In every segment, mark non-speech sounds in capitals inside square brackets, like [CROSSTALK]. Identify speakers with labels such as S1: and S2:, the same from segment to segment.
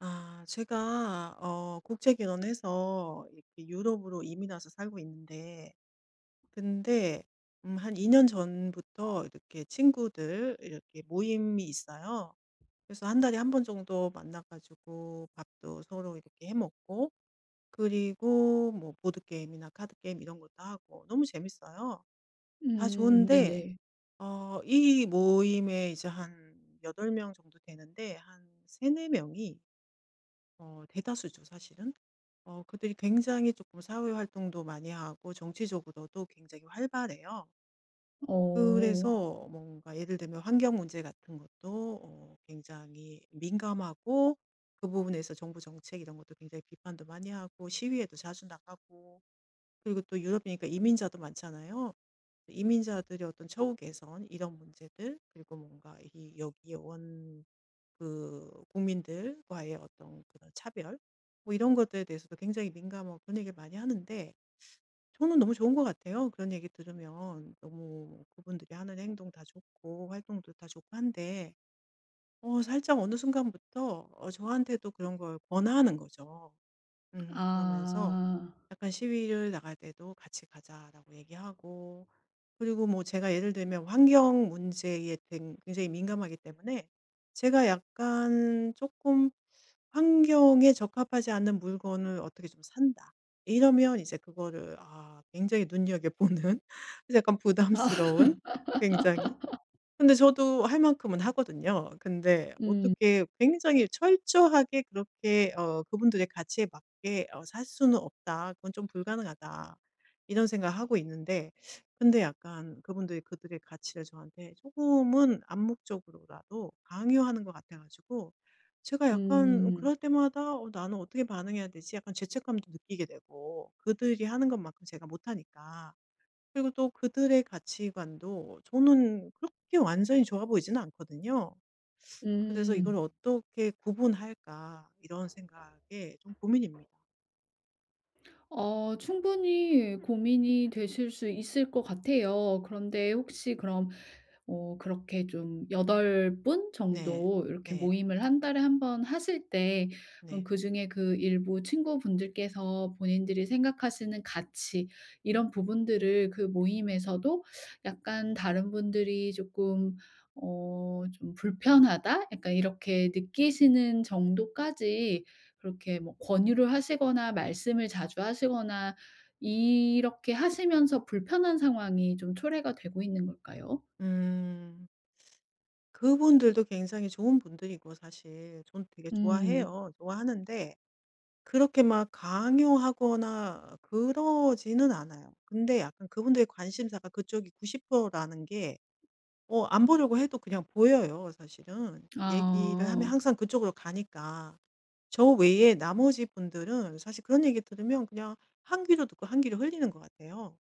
S1: 아, 제가 국제결혼해서 이렇게 유럽으로 이민 와서 살고 있는데. 근데 한 2년 전부터 이렇게 친구들 이렇게 모임이 있어요. 그래서 한 달에 한 번 정도 만나 가지고 밥도 서로 이렇게 해 먹고, 그리고 뭐 보드게임이나 카드게임 이런 것도 하고 너무 재밌어요. 다 좋은데
S2: 네네.
S1: 이 모임에 이제 한 8명 정도 되는데, 한 3-4 명이 대다수죠 사실은. 그들이 굉장히 조금 사회 활동도 많이 하고, 정치적으로도 굉장히 활발해요.
S2: 어.
S1: 그래서 뭔가 예를 들면 환경 문제 같은 것도 굉장히 민감하고, 그 부분에서 정부 정책 이런 것도 굉장히 비판도 많이 하고 시위에도 자주 나가고. 그리고 또 유럽이니까 이민자도 많잖아요. 이민자들의 어떤 처우 개선 이런 문제들, 그리고 뭔가 이 여기에 원 그 국민들과의 어떤 그런 차별, 뭐 이런 것들에 대해서도 굉장히 민감하고 그런 얘기를 많이 하는데, 저는 너무 좋은 것 같아요. 그런 얘기 들으면 너무 그분들이 하는 행동 다 좋고, 활동도 다 좋고 한데, 살짝 어느 순간부터 저한테도 그런 걸 권하는 거죠. 그러면서
S2: 아.
S1: 약간 "시위를 나갈 때도 같이 가자."라고 얘기하고, 그리고 뭐 제가 예를 들면 환경 문제에 굉장히 민감하기 때문에 제가 약간 조금 '환경에 적합하지 않는 물건을 어떻게 좀 산다.' 이러면 이제 그거를 굉장히 눈여겨보는 [LAUGHS] 약간
S2: 아.
S1: 부담스러운,
S2: [LAUGHS]
S1: 굉장히. 근데 저도 할 만큼은 하거든요. 근데
S2: 음.
S1: 어떻게 굉장히 철저하게 그렇게 '그분들의 가치에 맞게 살 수는 없다. 그건 좀 불가능하다.' 이런 생각하고 있는데. 근데 약간 그분들이 그들의 가치를 저한테 조금은 암묵적으로라도 강요하는 것 같아 가지고, 제가 약간
S2: 음.
S1: 그럴 때마다 나는 어떻게 반응해야 되지?' 약간 죄책감도 느끼게 되고, 그들이 하는 것만큼 제가 못하니까. 그리고 또 그들의 가치관도 저는 그렇게 완전히 좋아 보이지는 않거든요. 그래서 '이걸
S2: 음.
S1: 어떻게 구분할까.' 이런 생각에 좀 고민입니다.
S2: 충분히 고민이 되실 수 있을 것 같아요. 그런데 혹시 그럼 그렇게 좀 여덟 분
S1: 네.
S2: 정도 이렇게
S1: 네.
S2: 모임을 한 달에 한 번 하실 때,
S1: 네.
S2: 그중에 그 일부 친구분들께서 본인들이 생각하시는 가치, 이런 부분들을 그 모임에서도, 약간 다른 분들이 조금 어 좀 '불편하다.' 약간 이렇게 느끼시는 정도까지 그렇게 뭐 권유를 하시거나 말씀을 자주 하시거나 이렇게 하시면서, 불편한 상황이 좀 초래가 되고 있는 걸까요?
S1: 음. 그분들도 굉장히 좋은 분들이고 사실 저는 되게
S2: 음.
S1: 좋아해요. 좋아하는데 그렇게 막 강요하거나 그러지는 않아요. 근데 약간 그분들의 관심사가 그쪽이 90% 라는 게, 안 보려고 해도 그냥 보여요 사실은. 얘기를 하면
S2: 아.
S1: 항상 그쪽으로 가니까. 저 외에 나머지 분들은 사실 그런 얘기 들으면 그냥 한 귀로 듣고 한 귀로 흘리는 것 같아요.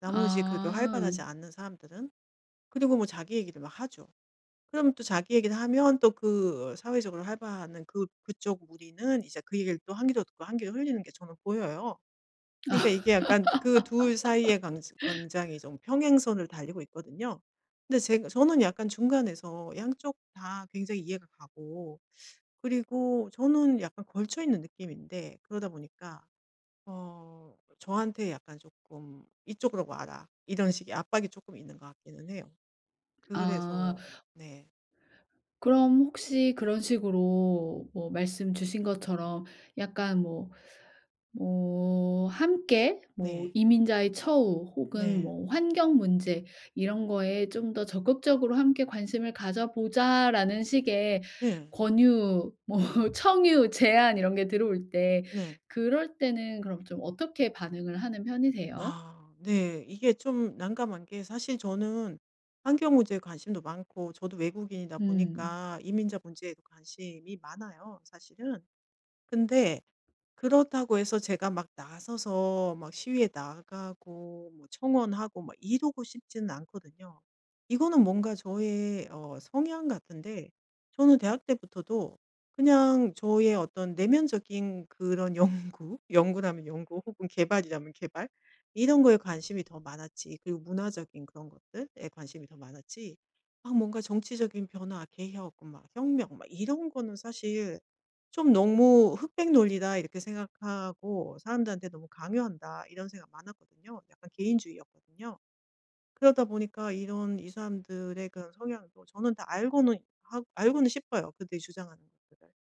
S1: 나머지 그렇게
S2: 아.
S1: 활발하지 않는 사람들은. 그리고 뭐 자기 얘기를 막 하죠. 그럼 또 자기 얘기를 하면 또 그 사회적으로 활발는그 그쪽 무리는 이제 그 얘기를 또 한 귀로 듣고 한 귀로 흘리는 게 저는 보여요. 그러니까 이게 약간 그 둘 사이에 강 굉장히 좀 평행선을 달리고 있거든요. 근데 제가 저는 약간 중간에서 양쪽 다 굉장히 이해가 가고, 그리고 저는 약간 걸쳐 있는 느낌인데 그러다 보니까 저한테 약간 조금 "이쪽으로 와라." 이런 식의 압박이 조금 있는 것 같기는 해요.
S2: 아.
S1: 그래서. 네.
S2: 그럼 혹시 그런 식으로 뭐 말씀 주신 것처럼, 약간 뭐 함께 뭐
S1: 네.
S2: 이민자의 처우 혹은
S1: 네.
S2: 뭐 환경 문제, 이런 거에 좀 더 적극적으로 "함께 관심을 가져 보자."라는 식의
S1: 네.
S2: 권유, 뭐
S1: 네.
S2: [LAUGHS] 청유, 제안, 이런 게 들어올 때,
S1: 네.
S2: 그럴 때는 그럼 좀 어떻게 반응을 하는 편이세요?
S1: 아, 네. 이게 좀 난감한 게, 사실 저는 환경 문제에 관심도 많고, 저도 외국인이다
S2: 음.
S1: 보니까 이민자 문제에도 관심이 많아요 사실은. 근데 그렇다고 해서 제가 막 나서서 막 시위에 나가고 뭐 청원하고 막 이러고 싶지는 않거든요. 이거는 뭔가 저의 성향 같은데, 저는 대학 때부터도 그냥 저의 어떤 내면적인 그런 연구, [LAUGHS] 연구라면 연구 혹은 개발이라면 개발, 이런 거에 관심이 더 많았지. 그리고 문화적인 그런 것들에 관심이 더 많았지. 막 뭔가 정치적인 변화, 개혁, 막 혁명 막 이런 거는 사실 좀 너무 '흑백 논리다.' 이렇게 생각하고, '사람들한테 너무 강요한다.' 이런 생각 많았거든요. 약간 개인주의였거든요. 그러다 보니까 이런 이 사람들의 그런 성향도 저는 다 알고는 하 알고는 싶어요, 그들이 주장하는 것들을.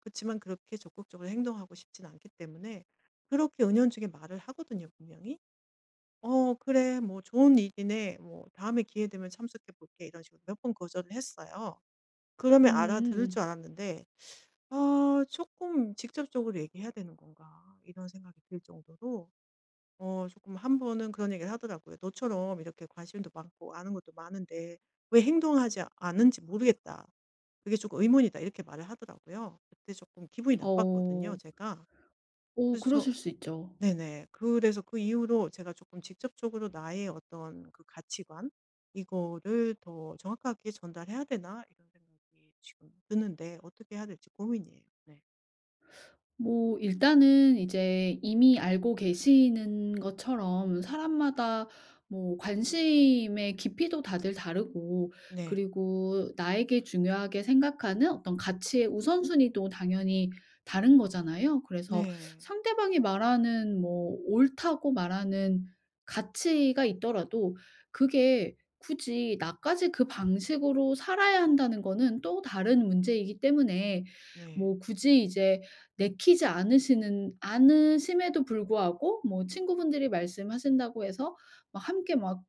S1: 그지만 그렇게 적극적으로 행동하고 싶진 않기 때문에 그렇게 은연중에 말을 하거든요, 분명히. 그래. 뭐 좋은 일이네. 뭐 다음에 기회 되면 참석해 볼게." 이런 식으로 몇 번 거절을 했어요.
S2: 음.
S1: 그러면 알아들을
S2: 음.
S1: 줄 알았는데, 아, 조금 '직접적으로 얘기해야 되는 건가.' 이런 생각이 들 정도로 조금, 한 번은 그런 얘기를 하더라고요. "너처럼 이렇게 관심도 많고 아는 것도 많은데 왜 행동하지 않는지 모르겠다. 그게 조금 의문이다." 이렇게 말을 하더라고요. 그때 조금 기분이 나빴거든요
S2: 어.
S1: 제가.
S2: 오,
S1: 그래서
S2: 그러실
S1: 저.
S2: 수 있죠.
S1: 네네. 그래서 그 이후로 제가 조금 직접적으로 나의 어떤 그 가치관, 이거를 '더 정확하게 전달해야 되나?' 이런 생각이 지금 드는데 어떻게 해야 될지 고민이에요. 네.
S2: 뭐 일단은 이제 이미 알고 계시는 것처럼, 사람마다 뭐 관심의 깊이도 다들 다르고,
S1: 네.
S2: 그리고 나에게 중요하게 생각하는 어떤 가치의 우선순위도 당연히 다른 거잖아요. 그래서
S1: 네.
S2: 상대방이 말하는 뭐 옳다고 말하는 가치가 있더라도, 그게 굳이 나까지 그 방식으로 살아야 한다는 거는 또 다른 문제이기 때문에,
S1: 네.
S2: 뭐 굳이 이제 내키지 않으시는 않으심에도 불구하고 뭐 친구분들이 말씀하신다고 해서 막 함께 막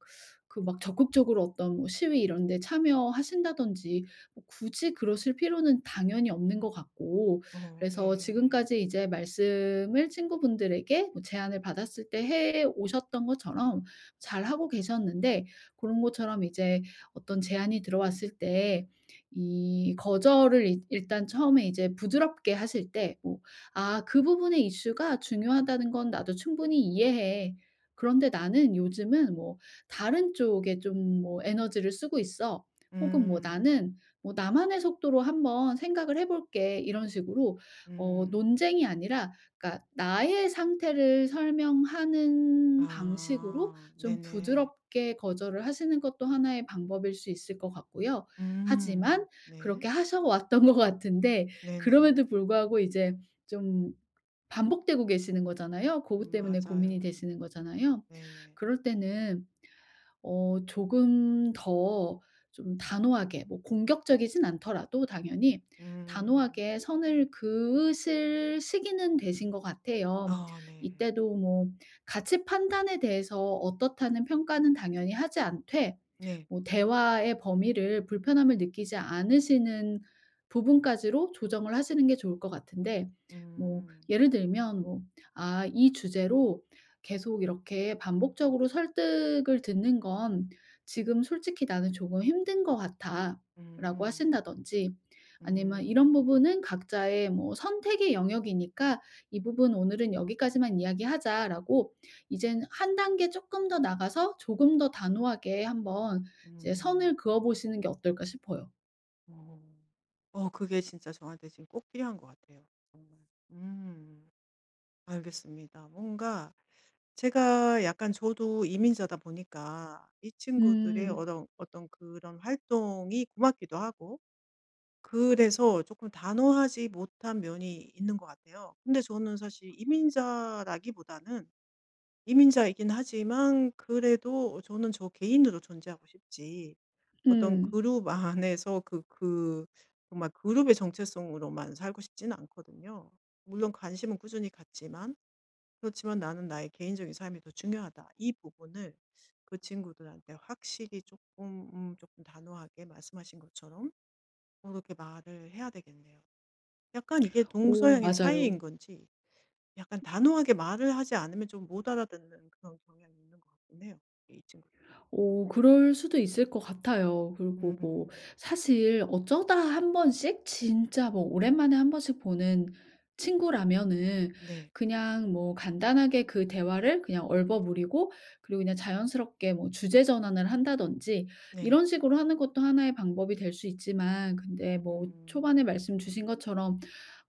S2: 그 막 적극적으로 어떤 뭐 시위 이런 데 참여하신다든지, 뭐 굳이 그러실 필요는 당연히 없는 것 같고, 그래서
S1: 네.
S2: 지금까지 이제 말씀을 친구분들에게 뭐 제안을 받았을 때 해 오셨던 것처럼 잘하고 계셨는데, 그런 것처럼 이제 어떤 제안이 들어왔을 때, 이 거절을 일 일단 처음에 이제 부드럽게 하실 때뭐 "아 그 부분의 이슈가 중요하다는 건 나도 충분히 이해해. 그런데 나는 요즘은 뭐 다른 쪽에 좀 뭐 에너지를 쓰고 있어." 혹은 뭐
S1: 음.
S2: "나는 뭐 나만의 속도로 한번 생각을 해 볼게." 이런 식으로,
S1: 음.
S2: 논쟁이 아니라, 그러니까 나의 상태를 설명하는 방식으로
S1: 아.
S2: 좀
S1: 네네.
S2: 부드럽게 거절을 하시는 것도 하나의 방법일 수 있을 것 같고요. 하지만
S1: 음. 네.
S2: 그렇게 하셔 왔던 [LAUGHS] 것 같은데,
S1: 네네.
S2: 그럼에도 불구하고 이제 좀 반복되고 계시는 거잖아요. 고것 때문에 고민이
S1: 맞아요.
S2: 되시는 거잖아요.
S1: 네네.
S2: 그럴 때는 조금 더 좀 단호하게, 뭐 공격적이진 않더라도 당연히
S1: 음.
S2: 단호하게 선을 그으실 시기는 되신 것 같아요.
S1: 아, 네.
S2: 이때도 뭐 "가치 판단에 대해서 어떻다."는 평가는 당연히 하지 않되,
S1: 네.
S2: 뭐 대화의 범위를 불편함을 느끼지 않으시는 부분까지로 조정을 하시는 게 좋을 것 같은데, 뭐
S1: 음.
S2: 예를 들면 뭐 "아 이 주제로 계속 이렇게 반복적으로 설득을 듣는 건 지금 솔직히 나는 조금 힘든 것 같아."라고
S1: 음.
S2: 하신다든지, 아니면 "이런
S1: 음.
S2: 부분은 각자의 뭐 선택의 영역이니까 이 부분 오늘은 여기까지만 이야기하자."라고, 이젠 한 단계 조금 더 나가서 조금 더 단호하게 한번 이제
S1: 음.
S2: 선을 그어 보시는 게 어떨까 싶어요.
S1: 어. 그게 진짜 저한테 지금 꼭 필요한 것 같아요, 정말. 음. 알겠습니다. 뭔가 제가 약간 저도 이민자다 보니까 이 친구들의
S2: 음.
S1: 어떤 그런 활동이 고맙기도 하고, 그래서 조금 단호하지 못한 면이 있는 것 같아요. 근데 저는 사실 이민자라기보다는, 이민자이긴 하지만 그래도 저는 저 개인으로 존재하고 싶지. 어떤
S2: 음.
S1: 그룹 안에서 정말 그룹의 정체성으로만 살고 싶지는 않거든요. 물론 관심은 꾸준히 갖지만, 그렇지만 나는 나의 개인적인 삶이 더 중요하다. 이 부분을 그 친구들한테 확실히 조금, 쪼 단호하게 말씀하신 것처럼 그렇게 말을 해야 되겠네요. 약간 이게
S2: 오,
S1: 동서양의 차이인
S2: 맞아요.
S1: 건지, 약간 단호하게 말을 하지 않으면 좀 못 알아듣는 그런 경향이 있는 것 같긴 해요, 이 친구들. 네.
S2: 오, 그럴 수도 있을 것 같아요. 그리고 뭐
S1: 음.
S2: 사실 어쩌다 한 번씩 진짜 뭐 오랜만에 한 번씩 보는 친구라면은,
S1: 네.
S2: 그냥 뭐 간단하게 그 대화를 그냥 얼버무리고, 그리고 그냥 자연스럽게 뭐 주제 전환을 한다든지
S1: 네.
S2: 이런 식으로 하는 것도 하나의 방법이 될 수 있지만, 근데 뭐
S1: 음.
S2: 초반에 말씀 주신 것처럼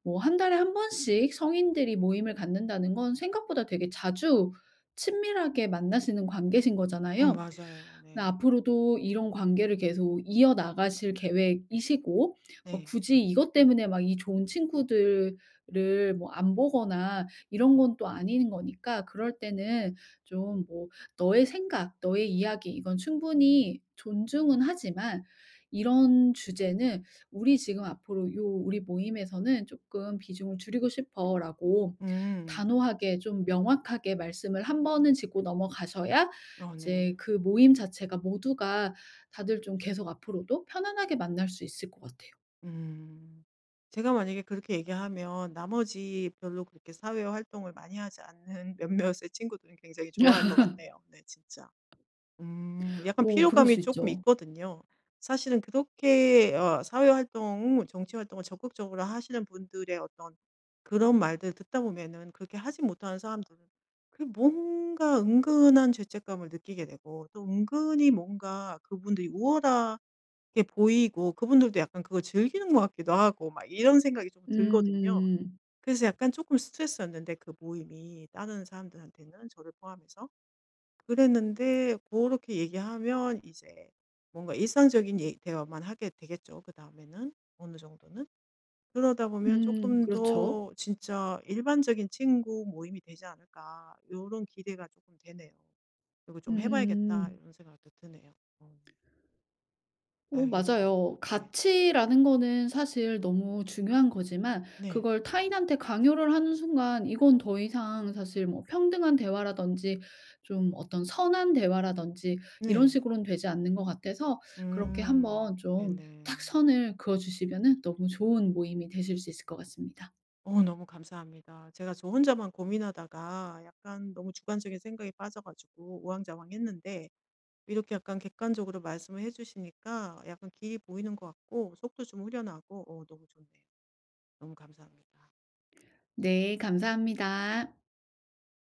S2: 뭐 한 달에 한 번씩 성인들이 모임을 갖는다는 건 생각보다 되게 자주 친밀하게 만나시는 관계신
S1: 음,
S2: 거잖아요.
S1: 맞아요.
S2: 근데
S1: 네.
S2: 앞으로도 이런 관계를 계속 이어나가실 계획이시고, 뭐
S1: 네.
S2: 굳이 이것 때문에 막 이 좋은 친구들을 뭐 안 보거나 이런 건 또 아닌 거니까, 그럴 때는 좀 뭐 너의 생각, 너의 이야기 이건 충분히 존중은 하지만, 이런 주제는 "우리 지금 앞으로 요 우리 모임에서는 조금 비중을 줄이고 싶어."라고
S1: 음.
S2: 단호하게 좀 명확하게 말씀을 한 번은 짚고 넘어가셔야,
S1: 네.
S2: 이제 그 모임 자체가 모두가 다들 좀 계속 앞으로도 편안하게 만날 수 있을 것 같아요.
S1: 음. 제가 만약에 그렇게 얘기하면 나머지 별로 그렇게 사회 활동을 많이 하지 않는 [LAUGHS] 몇몇의 친구들은 굉장히 좋아할 것
S2: [LAUGHS]
S1: 같네요. 네, 진짜. 음. 약간
S2: 오, 그럴
S1: 피로감이
S2: 수
S1: 조금
S2: 있죠.
S1: 있거든요. 사실은 그렇게 사회 활동, 정치 활동을 적극적으로 하시는 분들의 어떤 그런 말들 듣다 보면은, 그렇게 하지 못하는 사람들은 그 뭔가 은근한 죄책감을 느끼게 되고, 또 은근히 뭔가 그분들이 우월하 그게 보이고, 그분들도 약간 그걸 즐기는 것 같기도 하고, 막 이런 생각이 좀 들거든요.
S2: 음.
S1: 그래서 약간 조금 스트레스였는데 그 모임이, 다른 사람들한테는, 저를 포함해서. 그랬는데 그렇게 얘기하면 이제 뭔가 일상적인 얘 대화만 하게 되겠죠, 그다음에는, 어느 정도는. 그러다 보면
S2: 음,
S1: 조금
S2: 그렇죠.
S1: 더 진짜 일반적인 친구 모임이 되지 않을까.' 이런 기대가 조금 되네요. 이거 좀 해 봐야겠다.'
S2: 음.
S1: 이런 생각도 드네요. 네.
S2: 어, 맞아요.
S1: 알겠습니다. 네.
S2: 가치라는 거는 사실 너무 중요한 거지만,
S1: 네.
S2: 그걸 타인한테 강요를 하는 순간 이건 더 이상 사실 뭐 평등한 대화라든지 좀 어떤 선한 대화라든지 이런
S1: 네.
S2: 식으로는 되지 않는 것 같아서, 그렇게 한번
S1: 음.
S2: 좀 딱
S1: 네네.
S2: 선을 그어 주시면은 너무 좋은 모임이 되실 수 있을 것 같습니다.
S1: 너무 감사합니다. 제가 저 혼자만 고민하다가 약간 너무 주관적인 생각에 빠져 가지고 우왕좌왕했는데, 이렇게 약간 객관적으로 말씀을 해 주시니까 약간 길이 보이는 것 같고, 속도 좀 후련하고, 너무 좋네요. 너무 감사합니다.
S2: 네, 감사합니다.